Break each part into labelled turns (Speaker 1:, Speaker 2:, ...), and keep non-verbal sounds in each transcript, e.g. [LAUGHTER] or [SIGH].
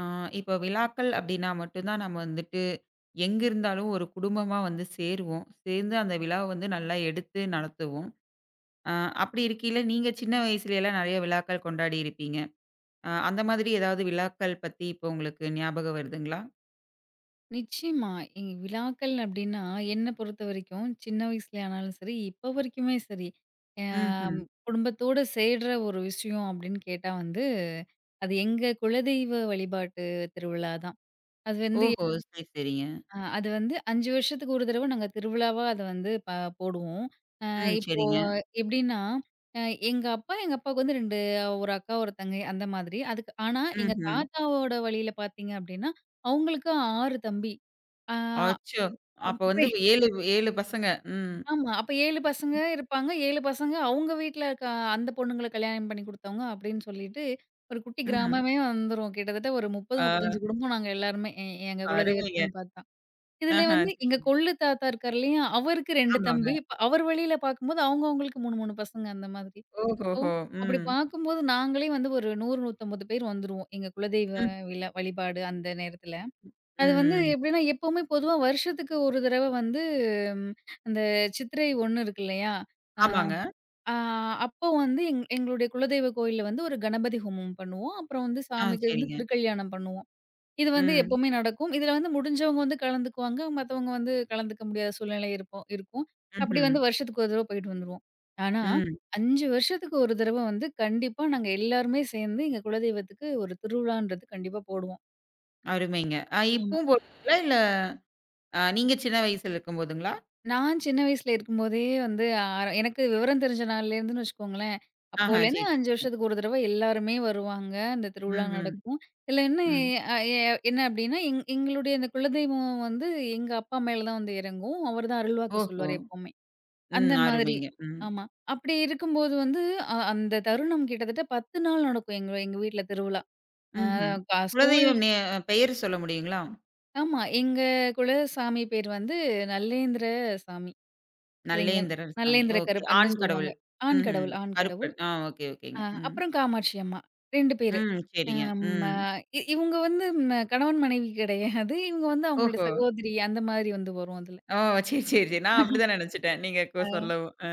Speaker 1: ஆ, இப்ப விழாக்கள் அப்படின்னா மட்டும் தான் நம்ம வந்துட்டு எங்கிருந்தாலும் ஒரு குடும்பமா வந்து சேருவோம். சேர்ந்து அந்த விழாவ வந்து நல்லா எடுத்து நடத்துவோம். அ அப்படி இருக்கையில நீங்க சின்ன வயசுலலாம் நெறைய விழாக்கள் கொண்டாடி இருப்பீங்க. அந்த மாதிரி ஏதாவது விழாக்கள் பத்தி இப்போ உங்களுக்கு ஞாபகம் வருதுங்களா?
Speaker 2: நிச்சயமா. எங்க விழாக்கள் அப்டின்னா, என்ன பொறுத்தவரைக்கும் சின்ன வயசுல ஆனாலும் சரி, இப்போ வரைக்குமே சரி,
Speaker 1: ம்ஹ்ம்.
Speaker 2: அம் குடும்பத்தோட சேர்ற ஒரு விஷயம் அப்டின்னு கேட்டா வந்து, அது எங்க குலதெய்வ வழிபாட்டு திருவிழா தான். அது வந்து
Speaker 1: ஓஹோ! சரி, சரிங்க.
Speaker 2: 5 வருஷத்துக்கு ஒரு தடவ நாங்க திருவிழாவா அத வந்து போடுவோம். அ
Speaker 1: ம்.
Speaker 2: இப்போ
Speaker 1: சரிங்க.
Speaker 2: எப்டின்னா, அ எங்க அப்பாவுக்கு வந்து 2 ஒரு அக்கா, ஒரு தங்கை அந்த மாதிரி. அதுக்கு ஆனா எங்க
Speaker 1: ம்ஹ்ம்.
Speaker 2: தாத்தாவோட வழியில பார்த்தீங்க அப்டின்னா, அவங்களுக்கு 6 தம்பி. ஆ
Speaker 1: அச்சோ! அப்ப
Speaker 2: அப்ப
Speaker 1: வந்து 7 7 பசங்க. ம்.
Speaker 2: ஆமா. அப்ப 7 பசங்க இருப்பாங்க. 7 பசங்க அவங்க வீட்ல இருக்க அந்த பொண்ணுங்கள கல்யாணம் பண்ணி குடுத்தவங்க அப்படின்னு சொல்லிட்டு, ஒரு குட்டி
Speaker 1: ம்.
Speaker 2: கிராமமே வந்துரும். கிட்டத்தட்ட ஒரு 30,
Speaker 1: ஆ,
Speaker 2: 35 குடும்பம் நாங்க எல்லாருமே எங்க
Speaker 1: அருமைங்க.
Speaker 2: குலதெய்வத்துக்குன்னு பார்த்தா. இதுல
Speaker 1: ஆஹ.
Speaker 2: வந்து எங்க
Speaker 1: சரிங்க.
Speaker 2: கொள்ளு தாத்தா இருக்காரு இல்லையா? அவருக்கு 2 தம்பி.
Speaker 1: ஆமாங்க.
Speaker 2: இப்ப அவர் வழியில பார்க்கும்போது அவங்க அவங்களுக்கு 3, 3 பசங்க அந்த மாதிரி. இப்போ
Speaker 1: ஓஹோஹோ!
Speaker 2: அப்படி
Speaker 1: ம்.
Speaker 2: பார்க்கும்போது நாங்களே வந்து ஒரு 100, 150 பேர் வந்துருவோம். எங்க குலதெய்வ
Speaker 1: ம்.
Speaker 2: விழா வழிபாடு அந்த நேரத்துல. அது வந்து
Speaker 1: ம்.
Speaker 2: எப்படின்னா, எப்பவுமே பொதுவா வருஷத்துக்கு ஒரு தடவ வந்து ம் அந்த சித்திரை 1 இருக்கு இல்லையா?
Speaker 1: ஆமாங்க.
Speaker 2: அ அப்போ வந்து எங்களுடைய குலதெய்வ கோயில்ல வந்து ஒரு கணபதி ஹோமம் பண்ணுவோம். அப்புறம் வந்து
Speaker 1: ஆ,
Speaker 2: சாமிக்கு வந்து
Speaker 1: சரிங்க.
Speaker 2: திருக்கல்யாணம் பண்ணுவோம். இது வந்து
Speaker 1: ம்.
Speaker 2: எப்பவுமே நடக்கும். இதுல வந்து முடிஞ்சவங்க வந்து கலந்துக்குவாங்க. மத்தவங்க வந்து கலந்துக்க முடியாத சூழ்நிலை இருப்போம் இருக்கும். அப்படி
Speaker 1: ம்ஹ்ம்.
Speaker 2: வந்து வருஷத்துக்கு ஒரு தடவ போயிட்டு வந்துருவோம். ஆனா,
Speaker 1: ம்.
Speaker 2: 5 வருஷத்துக்கு ஒரு தடவ வந்து கண்டிப்பா நாங்க எல்லாருமே சேர்ந்து எங்க குலதெய்வத்துக்கு ஒரு திருவிழான்றது கண்டிப்பா போடுவோம்.
Speaker 1: அருமைங்க. இப்பவும் போடுவீங்களா? இல்ல நீங்க சின்ன வயசுல இருக்கும்போதுங்களா?
Speaker 2: நான் சின்ன வயசுல இருக்கும்போதே வந்து எனக்கு விவரம் தெரிஞ்ச நாள்லேருந்துன்னு வச்சுக்கோங்களேன்,
Speaker 1: ஆஹா,
Speaker 2: அப்போலேருந்து
Speaker 1: சரி,
Speaker 2: 5
Speaker 1: சரிங்க.
Speaker 2: வருஷத்துக்கு ஒரு தடவ எல்லாருமே வருவாங்க. அந்த திருவிழா
Speaker 1: ம், ம்,
Speaker 2: நடக்கும். இதில என்ன
Speaker 1: ம்.
Speaker 2: அ எ என்ன அப்டின்னா, எங்களுடைய அந்த குலதெய்வம் வந்து எங்க அப்பா மேல தான் வந்து இறங்கும். அவர் தான் அருள்வாக்கு
Speaker 1: ஓஹோ!
Speaker 2: சொல்வாரு எப்பவுமே. அந்த
Speaker 1: ம்.
Speaker 2: மாதிரி.
Speaker 1: அருமைங்க. ம்.
Speaker 2: ஆமா. அப்படி இருக்கும்போது வந்து அந்த தருணம் கிட்டத்தட்ட 10 நாள் நடக்கும் எங்க எங்க வீட்ல திருவிழா.
Speaker 1: ம்ஹ்ம்.
Speaker 2: அ ஸ்கூல்
Speaker 1: குலதெய்வம் நே பெயர் சொல்ல முடியுங்களா?
Speaker 2: ஆமா. எங்க குலசாமி பேர் வந்து நல்லேந்திர சாமி. சரிங்களா.
Speaker 1: நல்லேந்திரர் சாமி.
Speaker 2: நல்லேந்திர
Speaker 1: ஓகே.
Speaker 2: கருப்பன்னு
Speaker 1: ஆண்
Speaker 2: சொல்லுவாங்க.
Speaker 1: கடவுள்.
Speaker 2: ஆண்
Speaker 1: ம்ஹ்ம்.
Speaker 2: கடவுள், ஆண் கடவுள்.
Speaker 1: கருப்பன். ஆ, ஓகே,
Speaker 2: அ
Speaker 1: ஓகேங்க. ம்.
Speaker 2: அப்புறம் காமாட்சி அம்மா 2 பேரு.
Speaker 1: ம். சரிங்க.
Speaker 2: அம் அ
Speaker 1: ம்.
Speaker 2: இவுங்க வந்து கணவன், மனைவி கிடையாது. இவுங்க வந்து அவங்களோட
Speaker 1: ஓஹோ!
Speaker 2: சகோதரி அந்த மாதிரி வந்து வரும் அதுல.
Speaker 1: ஓ! சரி, சரி, சரி. நான் அப்படிதான் நினைச்சுட்டேன். நீங்க
Speaker 2: ஆ.
Speaker 1: சொல்லவும். அ.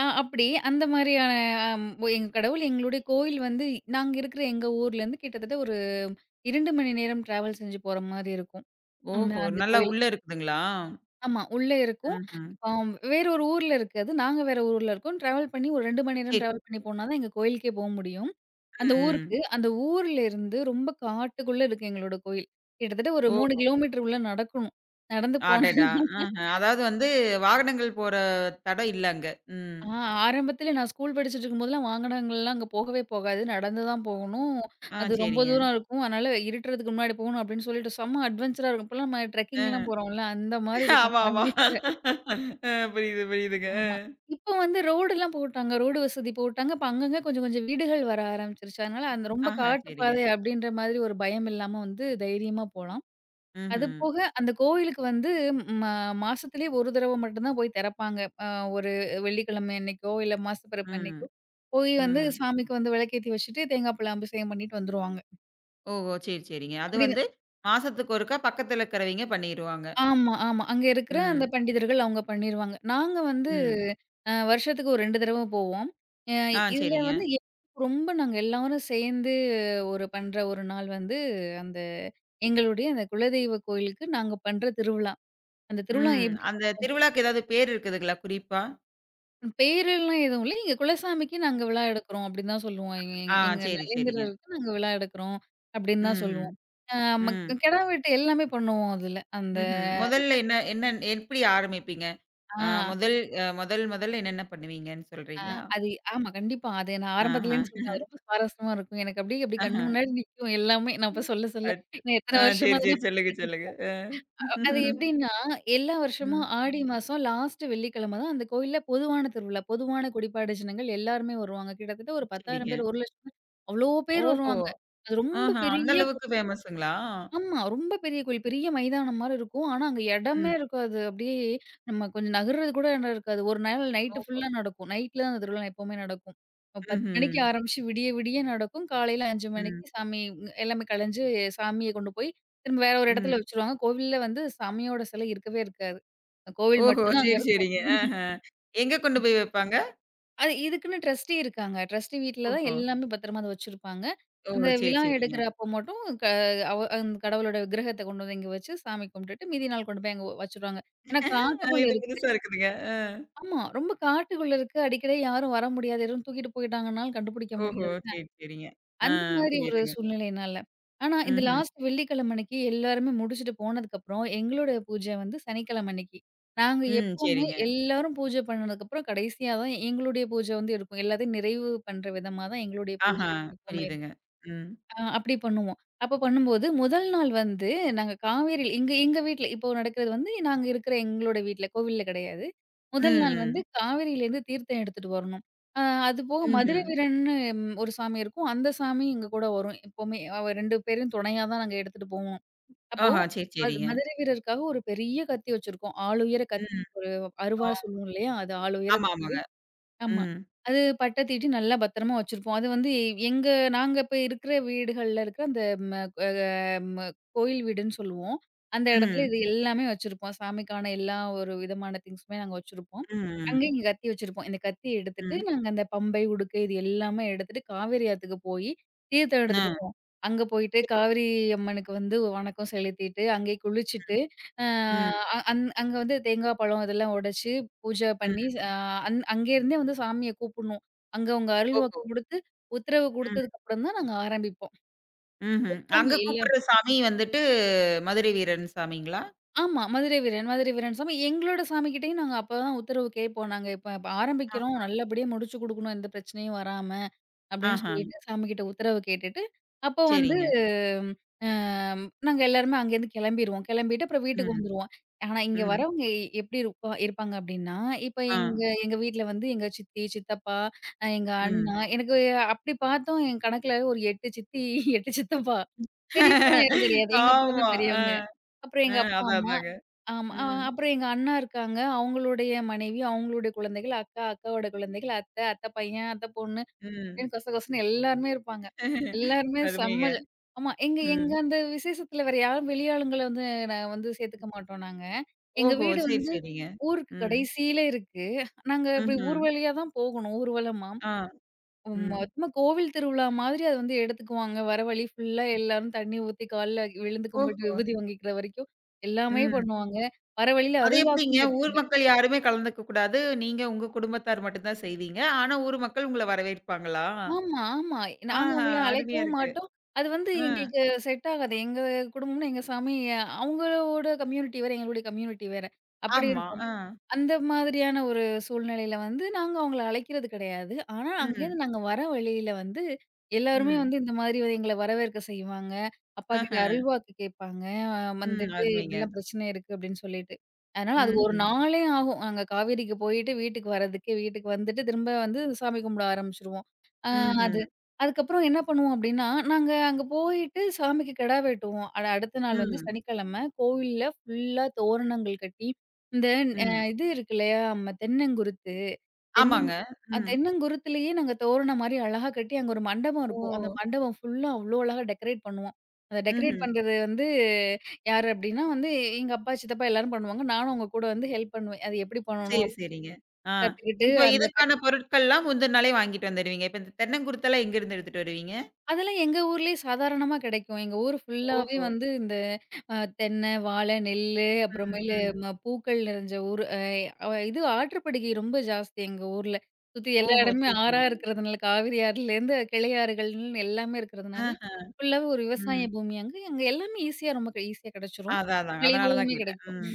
Speaker 2: அப்படி அந்த மாரியான அம் எங்க கடவுள் எங்களுடைய கோயில் வந்து நாங்க இருக்கிற எங்க ஊர்லேருந்து கிட்டத்தட்ட ஒரு 2 மணி நேரம் டிராவல் செஞ்சு போற மாரி இருக்கும். அந்த
Speaker 1: ஓஹோ!
Speaker 2: அந்த
Speaker 1: நல்லா
Speaker 2: கோயில்.
Speaker 1: உள்ள இருக்குதுங்களா?
Speaker 2: ஆமா. உள்ளே இருக்கும்.
Speaker 1: ம்ஹ்ம்.
Speaker 2: இப்போ அவன் வேற ஒரு ஊர்ல இருக்கு அது. நாங்க வேற ஊர்ல இருக்கோம். டிராவல் பண்ணி ஒரு 2 மணி நேரம்
Speaker 1: சரி.
Speaker 2: டிராவல் பண்ணி போனா தான் எங்க கோயிலுக்கே போ முடியும். அந்த
Speaker 1: ம், ம்.
Speaker 2: ஊருக்கு. அந்த ஊர்ல இருந்து ரொம்ப காட்டுக்குள்ள இருக்கு எங்களோட கோயில். கிட்டத்தட்ட ஒரு 3
Speaker 1: ஓஹோ!
Speaker 2: கிலோமீட்டர் உள்ள நடக்கணும். நடந்து போன
Speaker 1: அடடா! ஆஹ. அதாவது வந்து வாகனங்கள் போற தட இல்ல அங்க. ம்.
Speaker 2: ஆ ஆரம்பத்தில நான் ஸ்கூல் படிச்சுட்டு இருக்கும்போதெல்லாம் வாகனங்கள்லாம் அங்க போகவே போகாது. நடந்து தான் போகணும்.
Speaker 1: ஆ,
Speaker 2: அது ரொம்ப
Speaker 1: சரிங்க.
Speaker 2: தூரம் இருக்கும். அதனால இருட்டுறதுக்கு முன்னாடி போகணும் அப்படின்னு சொல்லிட்டு செம்ம அட்வென்ச்சரா இருக்கும். இப்போலாம் நம்ம ட்ரெக்கிங்லாம்
Speaker 1: அ.
Speaker 2: போறோம்ல, அந்த மாரி இருக்கும்
Speaker 1: ஆமா, ஆமா.
Speaker 2: ஃபேமிலியோட.
Speaker 1: புரியுது, புரியுதுங்க. அ.
Speaker 2: ஆமா. இப்போ வந்து ரோடுலாம் போட்டாங்க. ரோடு வசதி போட்டாங்க. இப்ப அங்கங்க கொஞ்சம் கொஞ்சம் வீடுகள் வர ஆரம்பிச்சுருச்சு. அதனால அந்த ரொம்ப
Speaker 1: ஆஹா,
Speaker 2: காட்டு
Speaker 1: சரிங்க.
Speaker 2: பாதை அப்டின்ற மாதிரி ஒரு பயம் இல்லாம வந்து தைரியமா போலாம். அது
Speaker 1: ம்ஹ்ம்.
Speaker 2: போக அந்த கோயிலுக்கு வந்து ம மாசத்திலே ஒரு தடவ மட்டும் தான் போய் திறப்பாங்க. அ ஒரு வெள்ளிக்கிழமை அன்னைக்கோ, இல்ல மாசப்பிறப்பு
Speaker 1: ம்.
Speaker 2: அன்னைக்கோ போய் வந்து
Speaker 1: ம்.
Speaker 2: சாமிக்கு வந்து விளக்கேத்தி வச்சுட்டு, தேங்காய், பழ அபிஷேகம் பண்ணிட்டு வந்துருவாங்க.
Speaker 1: ஓஹோ! சரி, சரிங்க. அது
Speaker 2: அப்படி
Speaker 1: வந்து மாசத்துக்கு ஒருக்கா பக்கத்துல இருக்கிறவைங்க பண்ணிருவாங்க.
Speaker 2: ஆமா, ஆமா. அங்க இருக்கிற அந்த
Speaker 1: ம்.
Speaker 2: பண்டிதர்கள் அவங்க பண்ணிருவாங்க. நாங்க வந்து
Speaker 1: ம்.
Speaker 2: வருஷத்துக்கு ஒரு 2 தடவ போவோம். அ
Speaker 1: ஆ,
Speaker 2: இதுல
Speaker 1: சரிங்க.
Speaker 2: வந்து எங்களுக்கு ரொம்ப நாங்க எல்லாரும் சேர்ந்து ஒரு பண்ற ஒரு நாள் வந்து அந்த எங்களுடைய அந்த குலதெய்வ கோயிலுக்கு நாங்க பண்ற திருவிழா. அந்த திருவிழா
Speaker 1: ம். அந்த
Speaker 2: எப்படின்னா
Speaker 1: திருவிழாக்கு ஏதாவது பேர் இருக்குதுங்களா குறிப்பா?
Speaker 2: பேரெல்லாம் எதுவும் இல்ல. எங்க குலசாமிக்கு நாங்க விழா எடுக்கிறோம் அப்படின்னு தான் சொல்லுவோம். எங்க எங்க
Speaker 1: ஆ,
Speaker 2: எங்க
Speaker 1: சரி, சரிங்க.
Speaker 2: நலேந்திரருக்கு நாங்க விழா எடுக்கிறோம் அப்படின்னு தான்
Speaker 1: ம்ஹ்ம்.
Speaker 2: சொல்லுவோம். அ
Speaker 1: ம்.
Speaker 2: கிடா வெட்டு எல்லாமே பண்ணுவோம் அதுல. அந்த
Speaker 1: ம்ஹ்ம்.
Speaker 2: அது
Speaker 1: முதல்ல என்ன என்ன எப்படி ஆரம்பிப்பீங்க? அ
Speaker 2: ஆ.
Speaker 1: முதல் அ முதல் முதல்ல என்னென்ன பண்ணுவீங்கன்னு
Speaker 2: ஆ
Speaker 1: சொல்றீங்களா?
Speaker 2: அது ஆமா கண்டிப்பா. அது நான்
Speaker 1: ஆஹா.
Speaker 2: ஆரம்பத்துலேருந்து சொல்றேன். அது ரொம்ப சுவாரஸ்யமா இருக்கும். எனக்கு அப்படியே அப்படி கண்ணு
Speaker 1: ஆஹா.
Speaker 2: முன்னாடி நிக்கும் எல்லாமே. நான் இப்ப சொல்ல சொல்ல.
Speaker 1: அச்சோ!
Speaker 2: நான் எத்தன
Speaker 1: ஆ,
Speaker 2: வருஷமா
Speaker 1: சரி,
Speaker 2: அத
Speaker 1: சரி.
Speaker 2: நான்
Speaker 1: சொல்லுங்க,
Speaker 2: பார்த்துட்டு இருக்கேன்.
Speaker 1: சொல்லுங்க. அ.
Speaker 2: அது எப்படின்னா, எல்லா வருஷமும்
Speaker 1: ம்.
Speaker 2: ஆடி மாசம் லாஸ்ட் வெள்ளிக்கிழமை தான் அந்த கோயில்ல பொதுவான திருவிழா. பொதுவான குடிப்பாடு ஜனங்கள் எல்லாருமே வருவாங்க. கிட்டத்தட்ட ஒரு 10,000
Speaker 1: சரிங்க.
Speaker 2: பேர், 1,00,000 பேர் அவ்ளோ பேர்
Speaker 1: ஓஹோ!
Speaker 2: வருவாங்க. அது ரொம்ப
Speaker 1: ஆஹா. அந்த
Speaker 2: பெரிய.
Speaker 1: அளவுக்கு ஃபேமஸுங்களா?
Speaker 2: ஆமா. ரொம்ப பெரிய கோயில். பெரிய மைதானம் மாரி இருக்கும். ஆனா, அங்க இடமே
Speaker 1: ம்.
Speaker 2: இருக்காது. அப்படியே நம்ம கொஞ்சம் நகர்றது கூட இடம் இருக்காது. ஒரு நாள் நைட்டு
Speaker 1: ஓஹோ!
Speaker 2: ஃபுல்லா நடக்கும். நைட்ல தான் அந்த திருவிழா எப்பவுமே நடக்கும். 10
Speaker 1: ம்ஹ்ம்.
Speaker 2: மணிக்கு ஆரம்பிச்சு விடிய விடிய நடக்கும். காலையில 5
Speaker 1: ம்.
Speaker 2: மணிக்கு சாமி உம், எல்லாமே கலைஞ்சு சாமிய கொண்டு போய் திரும்ப வேற ஒரு
Speaker 1: ம்.
Speaker 2: இடத்துல வச்சுருவாங்க. கோவில்ல வந்து சாமியோட சிலை இருக்கவே இருக்காது. கோவில்
Speaker 1: ஓஹோ!
Speaker 2: மட்டும் தான் அங்க
Speaker 1: சரி,
Speaker 2: இருக்கும்.
Speaker 1: சரிங்க. ஆஹா. எங்க கொண்டு போய் வைப்பாங்க?
Speaker 2: அது இதுக்குன்னு ட்ரஸ்டி இருக்காங்க. ட்ரஸ்டி வீட்ல தான்
Speaker 1: ஓஹோ!
Speaker 2: எல்லாமே பத்திரமா அத வச்சிருப்பாங்க.
Speaker 1: ஓஹோ!
Speaker 2: இந்த
Speaker 1: சரி,
Speaker 2: விழா
Speaker 1: சரிங்க.
Speaker 2: எடுக்கிறப்போ மட்டும் அந்த கடவுளோட விக்கிரகத்த கொண்டு வந்து இங்க வச்சு சாமி கும்பிட்டுட்டு மீதி நாள் கொண்டு போய் அங்க வச்சுருவாங்க. ஏன்னா காட்டுக்குள்ள
Speaker 1: இது
Speaker 2: இருக்கு.
Speaker 1: புதுசா இருக்குதுங்க. அ.
Speaker 2: ஆமா. ரொம்ப காட்டுக்குள்ள இருக்கு. அடிக்கடி யாரும் வர முடியாது. யாரும் தூக்கிட்டு போயிட்டாங்கன்னாலும் கண்டுபிடிக்க
Speaker 1: ஓஹோ!
Speaker 2: முடியாது.
Speaker 1: சரி, சரிங்க. ஆ,
Speaker 2: அந்த மாதிரி ஒரு
Speaker 1: புரியுதுங்க.
Speaker 2: சூழ்நிலையினால. ஆனா, இந்த
Speaker 1: ம்ஹ்ம்.
Speaker 2: லாஸ்ட் வெள்ளிக்கிழமை அன்னைக்கு எல்லாருமே முடிச்சுட்டு போனதுக்கப்புறம், எங்களோட பூஜை வந்து சனிக்கிழமை அன்னைக்கு. நாங்க
Speaker 1: ம்.
Speaker 2: எப்பவுமே
Speaker 1: சரிங்க.
Speaker 2: எல்லாரும் பூஜை பண்ணதுக்கப்புறம், கடைசியா தான் எங்களுடைய பூஜை வந்து இருக்கும். எல்லாத்தையும் நிறைவு பண்ற விதமா தான் எங்களுடைய பூஜை
Speaker 1: ஆஹா,
Speaker 2: எப்பவுமே
Speaker 1: புரியுதுங்க. ம்.
Speaker 2: அப்படி பண்ணுவோம். அப்ப பண்ணும்போது முதல் நாள் வந்து நாங்க காவேரியில எங்க எங்க வீட்ல இப்போ நடக்கிறது வந்து நாங்க இருக்கிற எங்களோட வீட்ல, கோவில்ல கிடையாது.
Speaker 1: ம்,
Speaker 2: முதல் நாள் வந்து
Speaker 1: ம்.
Speaker 2: காவேரியிலேருந்து தீர்த்தம் எடுத்துட்டு வரணும். அ அது போக மதுரை
Speaker 1: ம்ஹ்ம்.
Speaker 2: வீரன்னு ஒரு சாமி இருக்கும். அந்த சாமி எங்க கூட வரும். எப்பவுமே அவ 2 பேரும் துணையா தான் நாங்க எடுத்துட்டு போவோம். அப்போ
Speaker 1: ஆஹா, சரி, சரிங்க.
Speaker 2: மதுரை வீரருக்காக ஒரு பெரிய கத்தி வச்சிருக்கோம். ஆள் உயர கத்தி.
Speaker 1: ம்.
Speaker 2: ஒரு அருவா
Speaker 1: ஆ.
Speaker 2: சொல்லுவோம் இல்லையா? அது ஆள் உயர.
Speaker 1: ஆமா, ஆமாங்க.
Speaker 2: ஆமா.
Speaker 1: ம்.
Speaker 2: அது பட்ட தீட்டி நல்லா பத்திரமா வச்சிருப்போம். அது வந்து எங்க நாங்க இப்ப இருக்கிற வீடுகள்ல இருக்கிற அந்த ம அ ம கோயில் வீடுன்னு சொல்லுவோம். அந்த இடத்துல
Speaker 1: ம்.
Speaker 2: இது எல்லாமே வச்சிருப்போம். சாமிக்கான எல்லா ஒரு விதமான திங்ஸுமே நாங்க வச்சிருப்போம். அங்க
Speaker 1: ம்.
Speaker 2: இங்க கத்தி வச்சிருப்போம். இந்த கத்தி எடுத்துட்டு
Speaker 1: ம்.
Speaker 2: நாங்க அந்த பம்பை, உடுக்கை இது எல்லாமே எடுத்துட்டு காவேரி ஆத்துக்கு தீர்த்தம்
Speaker 1: ஆ.
Speaker 2: எடுத்துட்டு போவோம். அங்க போயிட்டு காவேரி அம்மனுக்கு வந்து வணக்கம் செலுத்திட்டு, அங்கேயே குளிச்சுட்டு,
Speaker 1: ம். ம்.
Speaker 2: அ அங் அங்க வந்து தேங்காய் பழம் இதெல்லாம் உடைச்சு பூஜை பண்ணி
Speaker 1: ம்.
Speaker 2: அ அங் அங்கேருந்தே வந்து சாமிய கூப்புட்ணும். அங்க உங்க அருள் வாக்கு
Speaker 1: ஓஹோ!
Speaker 2: குடுத்து, உத்தரவு குடுத்ததுக்கு
Speaker 1: ம்.
Speaker 2: அப்புறம் தான் நாங்க ஆரம்பிப்போம்.
Speaker 1: ம்ஹ்ம். அங்க
Speaker 2: எப்பவுமே இல்ல.
Speaker 1: கூப்பிடுற சாமி வந்துட்டு மதுரை வீரன் சாமிங்களா?
Speaker 2: ஆமா. மதுரை வீரன், மதுரை வீரன் சாமி எங்களோட சாமி கிட்டயும் நாங்க அப்பதான் உத்தரவு கேட்போம். நாங்க இப்ப இப்ப
Speaker 1: ஆ.
Speaker 2: ஆரம்பிக்கிறோம். நல்லபடியா முடிச்சு குடுக்கணும். எந்த பிரச்சனையும் வராம, அப்படின்னு
Speaker 1: ஆஹா,
Speaker 2: சொல்லிட்டு சாமி கிட்ட உத்தரவு கேட்டுட்டு, அப்போ வந்து
Speaker 1: சரிங்க.
Speaker 2: நாங்க எல்லாருமே அங்கேருந்து கிளம்பிருவோம். கிளம்பிட்டு அப்புறம் வீட்டுக்கு
Speaker 1: ம்.
Speaker 2: வந்துருவோம். ஆனா, இங்க
Speaker 1: ம்.
Speaker 2: வரவங்க எப்படி இருப்பாங்க அப்படின்னா, இப்ப
Speaker 1: ஆ.
Speaker 2: எங்க எங்க வீட்ல வந்து எங்க சித்தி, சித்தப்பா, எங்க
Speaker 1: ம்.
Speaker 2: அண்ணா எனக்கு அப்படி பார்த்தோம் என் கணக்குல ஒரு 8 சித்தி, 8 சித்தப்பா. பெரியப்பாலாம் யாரும்
Speaker 1: [LAUGHS]
Speaker 2: கிடையாது. எங்க அப்பா
Speaker 1: ஆமா.
Speaker 2: தான்
Speaker 1: ஆ.
Speaker 2: பெரியவங்க. அப்புறம்
Speaker 1: ஆ.
Speaker 2: எங்க அப்பா,
Speaker 1: அதான்,
Speaker 2: அம்மா.
Speaker 1: அதாங்க.
Speaker 2: ஆமா.
Speaker 1: ம்.
Speaker 2: அப்புறம் எங்க அண்ணா இருக்காங்க. அவங்களுடைய மனைவி, அவங்களுடைய குழந்தைகள், அக்கா, அக்காவோட குழந்தைகள், அத்த, அத்த பையன், அத்த பொண்ணு
Speaker 1: ம்.
Speaker 2: அப்படின்னு கொச கொசன்னு எல்லாருமே இருப்பாங்க.
Speaker 1: [LAUGHS]
Speaker 2: எல்லாருமே
Speaker 1: அருமைங்க.
Speaker 2: செம்ம ஜா ஆமா. எங்க எங்க
Speaker 1: ம்.
Speaker 2: அந்த விசேஷத்துல வேற யாரும் வெளி ஆளுங்கள வந்து நான் வந்து சேர்த்துக்க மாட்டோம் நாங்க. எங்க
Speaker 1: ஓஹோ!
Speaker 2: வீடு
Speaker 1: சரி,
Speaker 2: வந்து
Speaker 1: சரிங்க.
Speaker 2: ஊருக்கு
Speaker 1: ம்.
Speaker 2: கடைசியில இருக்கு. நாங்க இப்படி
Speaker 1: ம்ஹ்ம்.
Speaker 2: ஊர்வழியா தான் போகணும் ஊர்வலமா.
Speaker 1: ஆ. ம்.
Speaker 2: மொத்தமா கோவில் திருவிழா மாதிரி அது வந்து எடுத்துக்குவாங்க. வர வழி ஃபுல்லா எல்லாரும் தண்ணி ஊத்தி கால்ல விழுந்து கும்பிட்டு
Speaker 1: ஓஹோ!
Speaker 2: விபூதி வாங்கிக்கிற வரைக்கும் எல்லாமே
Speaker 1: ம்.
Speaker 2: பண்ணுவாங்க. வர வழியில
Speaker 1: அது எப்படிங்க?
Speaker 2: அருள்வாக்கும்
Speaker 1: ஊர்
Speaker 2: கேட்பாங்க.
Speaker 1: மக்கள் யாருமே கலந்துக்க கூடாது. நீங்க உங்க குடும்பத்தார் மட்டும் தான் செய்வீங்க. ஆனா ஊர் மக்கள் உங்கள வரவேற்பாங்களா?
Speaker 2: ஆமா, ஆமா. நாங்க
Speaker 1: ஆஹா!
Speaker 2: அவங்கள
Speaker 1: அருமையா
Speaker 2: அழைக்கவும்
Speaker 1: இருக்கு.
Speaker 2: மாட்டோம். அது வந்து
Speaker 1: அ.
Speaker 2: எங்களுக்கு செட் ஆகாது. எங்க குடும்பம்னா எங்க சாமி, அவங்களோட கம்யூனிட்டி வேற, எங்களுடைய கம்யூனிட்டி வேற. அப்படி
Speaker 1: ஆமா.
Speaker 2: இருக்கும்.
Speaker 1: ஆ.
Speaker 2: அந்த மாதிரியான ஒரு சூழ்நிலையில வந்து நாங்க அவங்கள அழைக்கிறது கிடையாது. ஆனா,
Speaker 1: ம்.
Speaker 2: அங்கேருந்து நாங்க வர வழியில வந்து எல்லாருமே
Speaker 1: ம்.
Speaker 2: வந்து இந்த மாதிரி எங்கள வரவேற்க செய்வாங்க. அப்பாகிட்ட
Speaker 1: ஆஹ.
Speaker 2: அருள்வாக்கு கேட்பாங்க.
Speaker 1: ம்.
Speaker 2: வந்துட்டு
Speaker 1: அருமைங்க.
Speaker 2: இப்படிலாம் பிரச்சனை இருக்கு அப்படின்னு சொல்லிட்டு. அதனால அது ஒரு
Speaker 1: ம்ஹ்ம்.
Speaker 2: நாளே ஆகும். நாங்க காவேரிக்கு போயிட்டு வீட்டுக்கு வர்றதுக்கு, வீட்டுக்கு வந்துட்டு திரும்ப வந்து சாமி கும்பிட ஆரம்பிச்சுருவோம். அ
Speaker 1: ம்ஹ்ம்.
Speaker 2: அது. அதுக்கப்புறம் என்ன பண்ணுவோம் அப்படின்னா, நாங்க அங்க போயிட்டு சாமிக்கு கிடா வெட்டுவோம். அடுத்த நாள் வந்து
Speaker 1: ம்.
Speaker 2: சனிக்கிழமை கோவில்ல ஃபுல்லா தோரணங்கள் கட்டி இந்த அ
Speaker 1: ம்.
Speaker 2: இது இருக்கு இல்லையா? நம்ம தென்னங்குருத்து. தென்னங்
Speaker 1: ஆமாங்க. ம்.
Speaker 2: தென்னங்குருத்துலயே நாங்க தோரணம் மாரி அழகா கட்டி அங்க ஒரு மண்டபம்
Speaker 1: ஓ!
Speaker 2: இருக்கும். அந்த மண்டபம் ஃபுல்லா அவ்ளோ அழகா டெக்கரேட் பண்ணுவோம். அத டெக்கரேட்
Speaker 1: ம்ஹ்ம்.
Speaker 2: பண்றது வந்து யாரு அப்டின்னா வந்து எங்க அப்பா, சித்தப்பா எல்லாரும் பண்ணுவாங்க. நானும் அவங்க கூட வந்து ஹெல்ப் பண்ணுவேன். அது எப்டி பண்ணணும்?
Speaker 1: சரி,
Speaker 2: அப்டி
Speaker 1: சரிங்க. ஆ.
Speaker 2: கத்துக்கிட்டு
Speaker 1: இப்ப
Speaker 2: அந்த
Speaker 1: இதுக்கான பொருட்கள்லாம் முந்தின நாளே வாங்கிட்டு வந்துருவீங்க. இப்ப இந்த தென்னங்குருத்தெல்லாம் எங்கருந்து எடுத்துட்டு வருவீங்க?
Speaker 2: அதெல்லாம் எங்க ஊர்லயே சாதாரணமா கிடைக்கும். எங்க ஊர் ஃபுல்லாவே
Speaker 1: ஓஹோ!
Speaker 2: வந்து இந்த தென்னை, வாழை, நெல்லு
Speaker 1: ம்,
Speaker 2: அப்புறமேலு
Speaker 1: ம்.
Speaker 2: பூக்கள் நிறைஞ்ச ஊரு. அ அவ இது ஆற்றுப்படுகை ரொம்ப ஜாஸ்தி எங்க ஊர்ல. சுத்தி எல்லா
Speaker 1: ஓஹோ!
Speaker 2: இடமுமே
Speaker 1: சரி,
Speaker 2: ஆறா
Speaker 1: சரிங்க.
Speaker 2: இருக்கிறதுனால, காவிரி ஆறுலேருந்து கிளையாறுகள்ன்னு எல்லாமே இருக்கிறதுனால,
Speaker 1: ஆஹ,
Speaker 2: ஃபுல்லாவே ஒரு விவசாய
Speaker 1: ம்.
Speaker 2: பூமி அங்க. அங்க எல்லாமே ஈஸியா ரொம்ப ஈஸியா கிடைச்சிரும்.
Speaker 1: அதான், அதான். அதனால தான்
Speaker 2: மலிவாவுமே
Speaker 1: கேட்டேன்.
Speaker 2: கிடைக்கும்.
Speaker 1: ம்.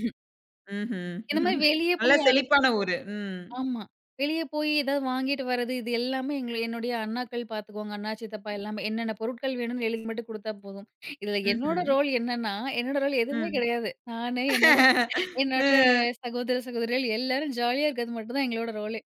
Speaker 1: ம்ஹ்ம்.
Speaker 2: இந்த மாரி
Speaker 1: [LAUGHS]
Speaker 2: வெளிய
Speaker 1: நல்ல
Speaker 2: போய் அல
Speaker 1: செழிப்பான ஊரு. ம்.
Speaker 2: ஆமா. வெளிய போய் ஏதாவது வாங்கிட்டு வர்றது, இது எல்லாமே எங்கள என்னுடைய அண்ணாக்கள் பார்த்துக்குவாங்க. அண்ணா, சித்தப்பா எல்லாமே. என்னென்ன பொருட்கள் வேணும்னு எழுதி மட்டும் குடுத்தா போதும். இதுல என்னோட
Speaker 1: ம்ஹ்ம்.
Speaker 2: ரோல் என்னன்னா, என்னோட ரோல் எதுவுமே
Speaker 1: ம்.
Speaker 2: கிடையாது. நானு என்னோட
Speaker 1: [LAUGHS]
Speaker 2: என்னோட
Speaker 1: ம்.
Speaker 2: சகோதர, சகோதரிகள் எல்லாரும் ஜாலியா இருக்கிறது மட்டும் தான் எங்களோட ரோலே.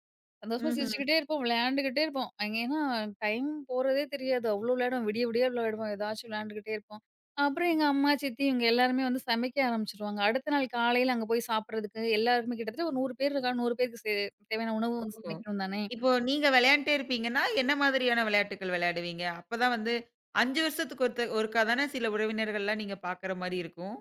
Speaker 2: சந்தோஷமா
Speaker 1: ம்ஹ்ம்.
Speaker 2: சிரிச்சுக்கிட்டே இருப்போம், விளையாண்டுக்கிட்டே இருப்போம். அங்க ஏன்னா டைம் போறதே தெரியாது. அவ்ளோ விளையாடுவோம். விடிய விடிய விளையாடுவோம். ஏதாச்சும் விளையாண்டுக்கிட்டே இருப்போம். அப்புறம் எங்க அம்மா, சித்தி இவங்க எல்லாருமே வந்து சமைக்க ஆரம்பிச்சுருவாங்க. அடுத்த நாள் காலையில அங்க போய் சாப்பிடுறதுக்கு எல்லாருக்குமே கிட்டத்தட்ட ஒரு 100 பேர் இருக்காங்க. 100 பேருக்கு தேவையான உணவு வந்து
Speaker 1: ஓஹோ!
Speaker 2: சமைக்கணும் தானே!
Speaker 1: இப்போ நீங்க விளையாண்ட்டே இருப்பீங்கன்னா, என்ன மாதிரியான விளையாட்டுக்கள் விளையாடுவீங்க? அப்பதான் வந்து 5 வருஷத்துக்கு ஒருக்கா தானே சில உறவினர்கள்லாம் நீங்க பார்க்குற மாரி இருக்கும்.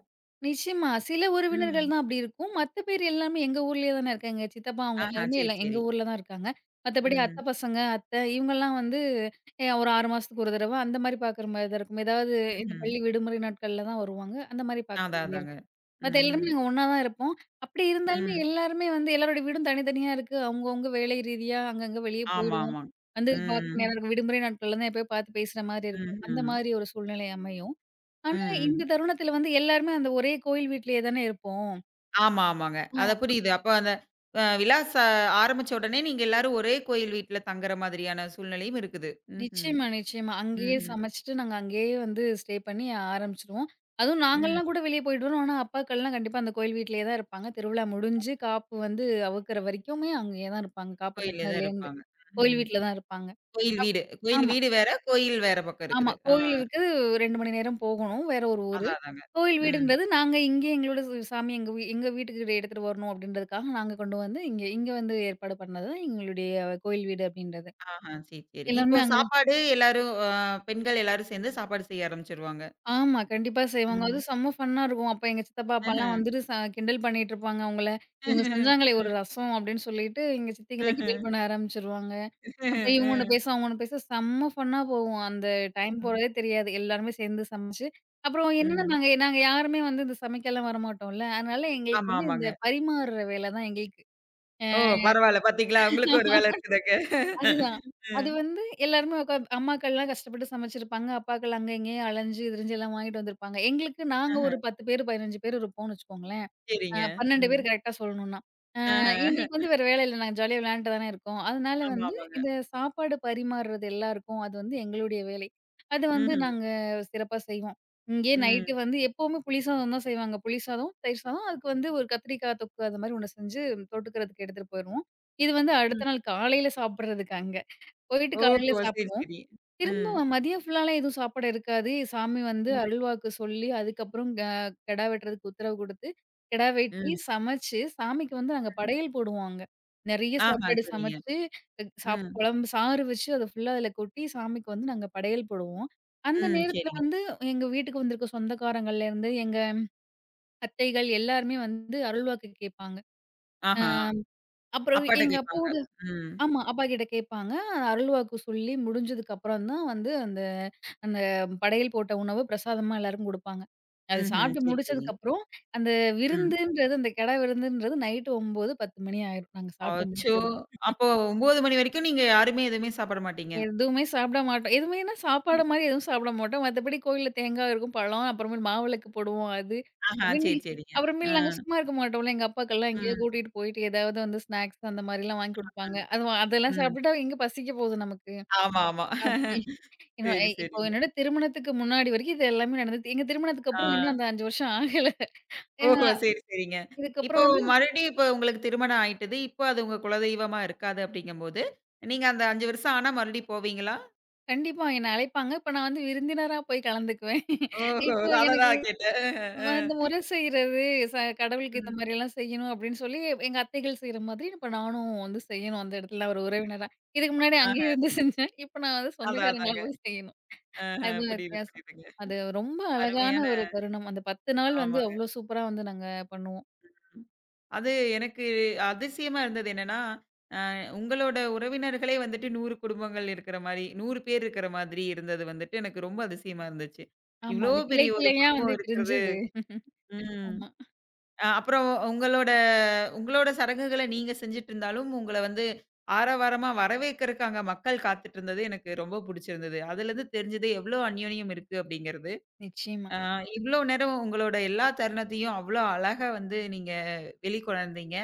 Speaker 2: நிச்சயமா. சில உறவினர்கள்
Speaker 1: ம்.
Speaker 2: தான் அப்படி இருக்கும். மத்த பேர் எல்லாமே எங்க ஊர்லயே தானே இருக்காங்க. சித்தப்பா அவங்க
Speaker 1: ஆஹா,
Speaker 2: எல்லாருமே
Speaker 1: சரி,
Speaker 2: எல்லாம் எங்க
Speaker 1: சரி.
Speaker 2: ஊர்ல தான் இருக்காங்க. மத்தபடி அத்தை
Speaker 1: ம்.
Speaker 2: பசங்க, அத்தை இவங்கலாம் வந்து ஒரு 6 மாசத்துக்கு ஒரு தடவ அந்த மாரி பார்க்குற மாரி தான் இருக்கும். ஏதாவது இந்த
Speaker 1: ம்ஹ்ம்.
Speaker 2: பள்ளி விடுமுறை நாட்கள்ல தான் வருவாங்க. அந்த மாரி பார்க்குற
Speaker 1: அதான்,
Speaker 2: மாரி
Speaker 1: அதாங்க.
Speaker 2: இருக்கும். மத்த
Speaker 1: ம்.
Speaker 2: எல்லாருமே நாங்க ஒண்ணா தான் இருப்போம். அப்படி இருந்தாலுமே
Speaker 1: ம்.
Speaker 2: எல்லாருமே வந்து எல்லாரோட வீடும் தனித்தனியா இருக்கு. அவங்கவங்க வேலை ரீதியா அங்கங்க வெளிய
Speaker 1: ஆமா,
Speaker 2: போயிடுவோம்.
Speaker 1: ஆமா.
Speaker 2: வந்து பார்க்க
Speaker 1: ம்.
Speaker 2: நேரம் இருக்கும். விடுமுறை நாட்கள்ல தான் எப்பயோ பார்த்து பேசுற மாரி இருக்கும். அந்த
Speaker 1: ம்ஹ்ம்.
Speaker 2: மாரி ஒரு சூழ்நிலை அமையும். ஆனா,
Speaker 1: ம், ம்.
Speaker 2: இந்த தருணத்துல வந்து எல்லாருமே அந்த ஒரே கோயில் வீட்லயே தானே இருப்போம்.
Speaker 1: ஆமா, ஆமாங்க.
Speaker 2: அ
Speaker 1: அத புரியுது. அப்ப அந்த அ விழா ச ஆரம்பிச்ச உடனே நீங்க எல்லாரும் ஒரே கோயில் வீட்ல தங்குற மாதிரியான சூழ்நிலையும் இருக்குது. ம்ஹ்ம்.
Speaker 2: நிச்சயமா, நிச்சயமா. அங்கேயே
Speaker 1: ம்ஹ்ம்.
Speaker 2: சமைச்சுட்டு, நாங்க அங்கேயே வந்து ஸ்டே பண்ணி ஆரம்பிச்சுருவோம். அதுவும்
Speaker 1: ம்.
Speaker 2: நாங்கலாம் கூட வெளிய போயிட்டு வரோம். ஆனா, அப்பாக்கள்லாம் கண்டிப்பா அந்த கோயில் வீட்லயே தான் இருப்பாங்க. திருவிழா முடிஞ்சு காப்பு வந்து அவுக்குற வரைக்குமே அங்கேயே தான் இருப்பாங்க. காப்பு
Speaker 1: கோயில்ல தான்
Speaker 2: கட்டினதுலேருந்து.
Speaker 1: இருப்பாங்க.
Speaker 2: கோயில்
Speaker 1: ம்.
Speaker 2: வீட்ல தான் இருப்பாங்க.
Speaker 1: கோயில்
Speaker 2: அப்
Speaker 1: வீடு. கோயில்
Speaker 2: ஆமா.
Speaker 1: வீடு வேற, கோயில் வேற பக்கம்
Speaker 2: ஆமா.
Speaker 1: இருக்குது. ஆ,
Speaker 2: கோயில் இருக்கு 2 மணி நேரம் போகணும். வேற ஒரு ஊரு.
Speaker 1: அதான், அதாங்க.
Speaker 2: கோயில்
Speaker 1: ம்.
Speaker 2: வீடுன்றது நாங்க இங்கேயே எங்களோட சாமி எங்க வீட்டுக்கு எடுத்துட்டு வரணும் அப்படின்றதுக்காக நாங்க கொண்டு வந்து இங்க இங்க வந்து ஏற்பாடு பண்ணது தான் எங்களுடைய கோயில் வீடு அப்படின்றது.
Speaker 1: ஆஹா, சரி, சரிங்க. இப்போ
Speaker 2: எல்லாருமே அங்க தான்.
Speaker 1: சாப்பாடு எல்லாரும் அ பெண்கள் எல்லாரும் சேர்ந்து சாப்பாடு செய்ய ஆரம்பிச்சுருவாங்க.
Speaker 2: ஆமா. கண்டிப்பா செய்வாங்க. அது
Speaker 1: ம்.
Speaker 2: செம்ம ஃபன்னா இருக்கும். அப்ப எங்க சித்தப்பா, அப்பாலாம்
Speaker 1: ம்ஹ்ம்.
Speaker 2: வந்துட்டு கிண்டல் பண்ணிட்டு இருப்பாங்க அவங்கள. இவங்க
Speaker 1: ம்ஹ்ம்.
Speaker 2: செஞ்சாங்களே ஒரு
Speaker 1: ம்.
Speaker 2: ரசம் அப்படின்னு சொல்லிட்டு எங்க சித்திகள கிண்டல்
Speaker 1: ம்ஹ்ம்.
Speaker 2: பண்ண ஆரம்பிச்சுருவாங்க. அப்ப இவங்கட்ட
Speaker 1: ம்ஹ்ம்.
Speaker 2: பேச, அவங்கட்ட பேச செம்ம ஃபன்னா போகும். அந்த டைம்
Speaker 1: ம்.
Speaker 2: போறதே தெரியாது. எல்லாருமே சேர்ந்து சமைச்சு, அப்புறம் என்னன்னா
Speaker 1: ம்.
Speaker 2: நாங்க நாங்க யாருமே வந்து இந்த சமைக்கலாம் வரமாட்டோம்ல. அதனால எங்களுக்கு
Speaker 1: ஆமா,
Speaker 2: வந்து இந்த
Speaker 1: ஆமாங்க.
Speaker 2: பரிமாறுற வேல தான் எங்களுக்கு. அ
Speaker 1: ஓ! பரவால்ல பாத்தீங்களா? உங்களுக்கும் ஒரு வேலை இருக்குதுங்க.
Speaker 2: அதுதான். அது
Speaker 1: ம்.
Speaker 2: வந்து எல்லாருமே உட்காந்து அம்மாக்கள்லாம் கஷ்டப்பட்டு சமைச்சிருப்பாங்க. அப்பாக்கள் அங்க இங்கேயும் அலைஞ்சு திரிஞ்சு எல்லாம் வாங்கிட்டு வந்திருப்பாங்க. எங்களுக்கு நாங்க
Speaker 1: ஆஹ.
Speaker 2: ஒரு 10 பேர், 15 பேர் இருப்போம்னு வச்சுக்கோங்களேன்.
Speaker 1: சரிங்க.
Speaker 2: 12
Speaker 1: ம்.
Speaker 2: பேர் கரெக்ட்டா சொல்லணும்னா.
Speaker 1: ஆஹ.
Speaker 2: எங்களுக்கு வந்து வேற வேலை இல்ல. நாங்க ஜாலியா விளையாண்டுட்டு தானே இருக்கோம். அதனால
Speaker 1: ஆமா,
Speaker 2: வந்து
Speaker 1: ஆமாங்க.
Speaker 2: இந்த சாப்பாடு பரிமாறுறது எல்லாருக்கும் அது வந்து எங்களுடைய வேலை. அது வந்து
Speaker 1: ம்ஹ்ம்.
Speaker 2: நாங்க சிறப்பா செய்வோம். இங்கேயே
Speaker 1: ம்.
Speaker 2: நைட்டு வந்து எப்பவுமே புளி சாதம் தான் செய்வாங்க. புளி சாதம், தயிர் சாதம் அதுக்கு வந்து ஒரு கத்திரிக்காய் தொக்கு அது மாரி ஒண்ணு செஞ்சு தொட்டுக்கிறதுக்கு எடுத்துட்டு போயிருவோம். இது வந்து அடுத்த
Speaker 1: ம்.
Speaker 2: நாள் காலையில சாப்பிடுறதுக்கு அங்க. போயிட்டு காலையில
Speaker 1: ஓஹோ! சரி,
Speaker 2: சாப்பிடுவோம்.
Speaker 1: சரி. ம்.
Speaker 2: திரும்பவும் மதிய ஃபுல்லாலாம் எதுவும் சாப்பாடு இருக்காது. சாமி வந்து
Speaker 1: ம்.
Speaker 2: அருள்வாக்கு சொல்லி, அதுக்கப்புறம் கெடா வெட்டுறதுக்கு உத்தரவு குடுத்து, கெடா வெட்டி
Speaker 1: ம்.
Speaker 2: சமைச்சு, சாமிக்கு வந்து நாங்க
Speaker 1: ம்.
Speaker 2: படையல் போடுவோம் அங்க. நெறைய
Speaker 1: ஆஹா,
Speaker 2: சாப்பாடு
Speaker 1: சரிங்க.
Speaker 2: சமைச்சு, சாப்
Speaker 1: ம்.
Speaker 2: குழம்பு சாறு வச்சு அத ஃபுல்லா அதுல கொட்டி, சாமிக்கு வந்து நாங்க படையல் போடுவோம். அந்த
Speaker 1: ம்.
Speaker 2: நேரத்துல
Speaker 1: சரிங்க.
Speaker 2: வந்து எங்க வீட்டுக்கு வந்திருக்க சொந்தக்காரங்கள்லேருந்து, எங்க அத்தைகள் எல்லாருமே வந்து அருள்வாக்கு கேட்பாங்க. அ
Speaker 1: ஆஹா.
Speaker 2: அப்புறம்
Speaker 1: அப்பாட்ட
Speaker 2: எங்க
Speaker 1: கேட்பாங்க.
Speaker 2: அப்பாவோட.
Speaker 1: ம்.
Speaker 2: ஆமா. அப்பா கிட்ட கேட்பாங்க. அருள்வாக்கு சொல்லி முடிஞ்சதுக்கு அப்புறம் தான் வந்து அந்த அந்த படையல் போட்ட உணவு பிரசாதமா எல்லாருக்கும் குடுப்பாங்க. அது
Speaker 1: ம்ஹ்ம்.
Speaker 2: சாப்பிட்டு
Speaker 1: சரி, சரி.
Speaker 2: முடிச்சதுக்கப்புறம், அந்த
Speaker 1: ம்.
Speaker 2: விருந்துன்றது அந்த கெடா விருந்துன்றது நைட்டு 9, 10 மணி ஆயிரும். நாங்க சாப்பிட்டு
Speaker 1: அச்சோ!
Speaker 2: முடிக்கிறதுக்கு.
Speaker 1: அப்போ 9 மணி வரைக்கும் நீங்க யாருமே எதுவுமே சாப்பிட மாட்டீங்க?
Speaker 2: எதுவுமே சாப்பிட மாட்டோம். எதுவுமேன்னா சாப்பாடு மாரி எதுவும் சாப்பிட மாட்டோம். மத்தபடி கோயில்ல தேங்காய் இருக்கும், பழம், அப்புறமேல் மாவிளக்கு போடுவோம் அது.
Speaker 1: ஆஹா,
Speaker 2: அப்படின்னு
Speaker 1: சரி, சரிங்க. ஆ.
Speaker 2: அப்புறமேல் நாங்க சும்மா இருக்க மாட்டோம்ல. எங்க அப்பாக்கெல்லாம் எங்கேயாவது
Speaker 1: ம்.
Speaker 2: கூட்டிட்டு போயிட்டு ஏதாவது வந்து ஸ்நாக்ஸ் அந்த மாரிலாம் வாங்கி குடுப்பாங்க.
Speaker 1: ம்.
Speaker 2: அதெல்லாம்
Speaker 1: ம்.
Speaker 2: சாப்பிட்டுட்டா எங்க பசிக்க போகுது நமக்கு.
Speaker 1: ஆமா, ஆமா.
Speaker 2: அப்படி என்னோ எ
Speaker 1: சரி,
Speaker 2: இப்போ
Speaker 1: சரிங்க.
Speaker 2: என்னோட திருமணத்துக்கு முன்னாடி வரைக்கும் இது எல்லாமே நடந்தது. எங்க திருமணத்துக்கு அப்புறம் இன்னும்
Speaker 1: ஆ.
Speaker 2: அந்த 5 வருஷம் ஆகல. அ
Speaker 1: ஓஹோ! சரி, சரிங்க. இப்போ
Speaker 2: இதுக்கப்புறம் வந்து
Speaker 1: மறுபடியும் இப்ப உங்களுக்கு திருமணம் ஆயிட்டது. இப்போ அது உங்க குலதெய்வமா இருக்காது அப்படிங்கும்போது, நீங்க அந்த 5 வருஷம் ஆனா மறுபடியும் போவீங்களா?
Speaker 2: கண்டிப்பா என்ன அழைப்பாங்க. இப்ப நான் வந்து விருந்தினரா போய் கலந்துக்குவேன்.
Speaker 1: ஓஹோ!
Speaker 2: இப்போ எனக்கு
Speaker 1: அததான் கேட்டேன். அ,
Speaker 2: இந்த
Speaker 1: அ.
Speaker 2: முறை செய்றது, ச கடவுளுக்கு இந்த
Speaker 1: ம்.
Speaker 2: மாரியெல்லாம் செய்யணும் அப்படின்னு சொல்லி எங்க அத்தைகள் செய்ற மாதிரி இப்ப நானும் வந்து செய்யணும் அந்த இடத்துல ஒரு உறவினரா. இதுக்கு முன்னாடி
Speaker 1: ஆஹ.
Speaker 2: அங்கேயே இருந்து செஞ்சேன். இப்ப நான் வந்து
Speaker 1: அதான்,
Speaker 2: சொந்தக்காரங்களா
Speaker 1: அதாங்க.
Speaker 2: போய் செய்யணும். அதுதான்
Speaker 1: புரியுது,
Speaker 2: வித்தியாசம்.
Speaker 1: புரியுதுங்க.
Speaker 2: அது ரொம்ப அழகான
Speaker 1: அருமையான
Speaker 2: ஒரு தருணம். அந்த 10 நாள் வந்து
Speaker 1: ஆமாங்க.
Speaker 2: அவ்ளோ சூப்பரா வந்து நாங்க பண்ணுவோம்.
Speaker 1: அது எனக்கு அதிசயமா இருந்தது என்னன்னா, உங்களோட உறவினர்களே வந்துட்டு 100 குடும்பங்கள் இருக்கிற மாரி, 100 பேர் இருக்கிற மாதிரி இருந்தது வந்துட்டு எனக்கு ரொம்ப அதிசயமா இருந்துச்சு.
Speaker 2: ஆமா.
Speaker 1: இவ்ளோ
Speaker 2: அது கிளை
Speaker 1: பெரிய ஒரு
Speaker 2: கிளையா வந்து
Speaker 1: குடும்பம் இருக்கிறது.
Speaker 2: பிரிஞ்சது.
Speaker 1: ம்.
Speaker 2: ஆமா.
Speaker 1: அப்புறம் உங்களோட உங்களோட சடங்குகள நீங்க செஞ்சுட்டு இருந்தாலும், உங்கள வந்து ஆரவாரமா வரவேற்கறக்கு அங்க மக்கள் காத்துட்டுருந்தது எனக்கு ரொம்ப புடிச்சிருந்தது. அதுலருந்து தெரிஞ்சது எவ்ளோ அந்யோன்யம் இருக்கு அப்படிங்கிறது.
Speaker 2: நிச்சயமா.
Speaker 1: அ இவ்ளோ நேரம் உங்களோட எல்லா தருணத்தையும் அவ்ளோ அழகா வந்து நீங்க வெளிக்கொணர்ந்தீங்க.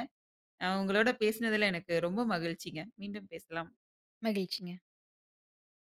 Speaker 1: உங்களோட பேசினதுல எனக்கு ரொம்ப மகிழ்ச்சிங்க. மீண்டும் பேசலாம்.
Speaker 2: மகிழ்ச்சி.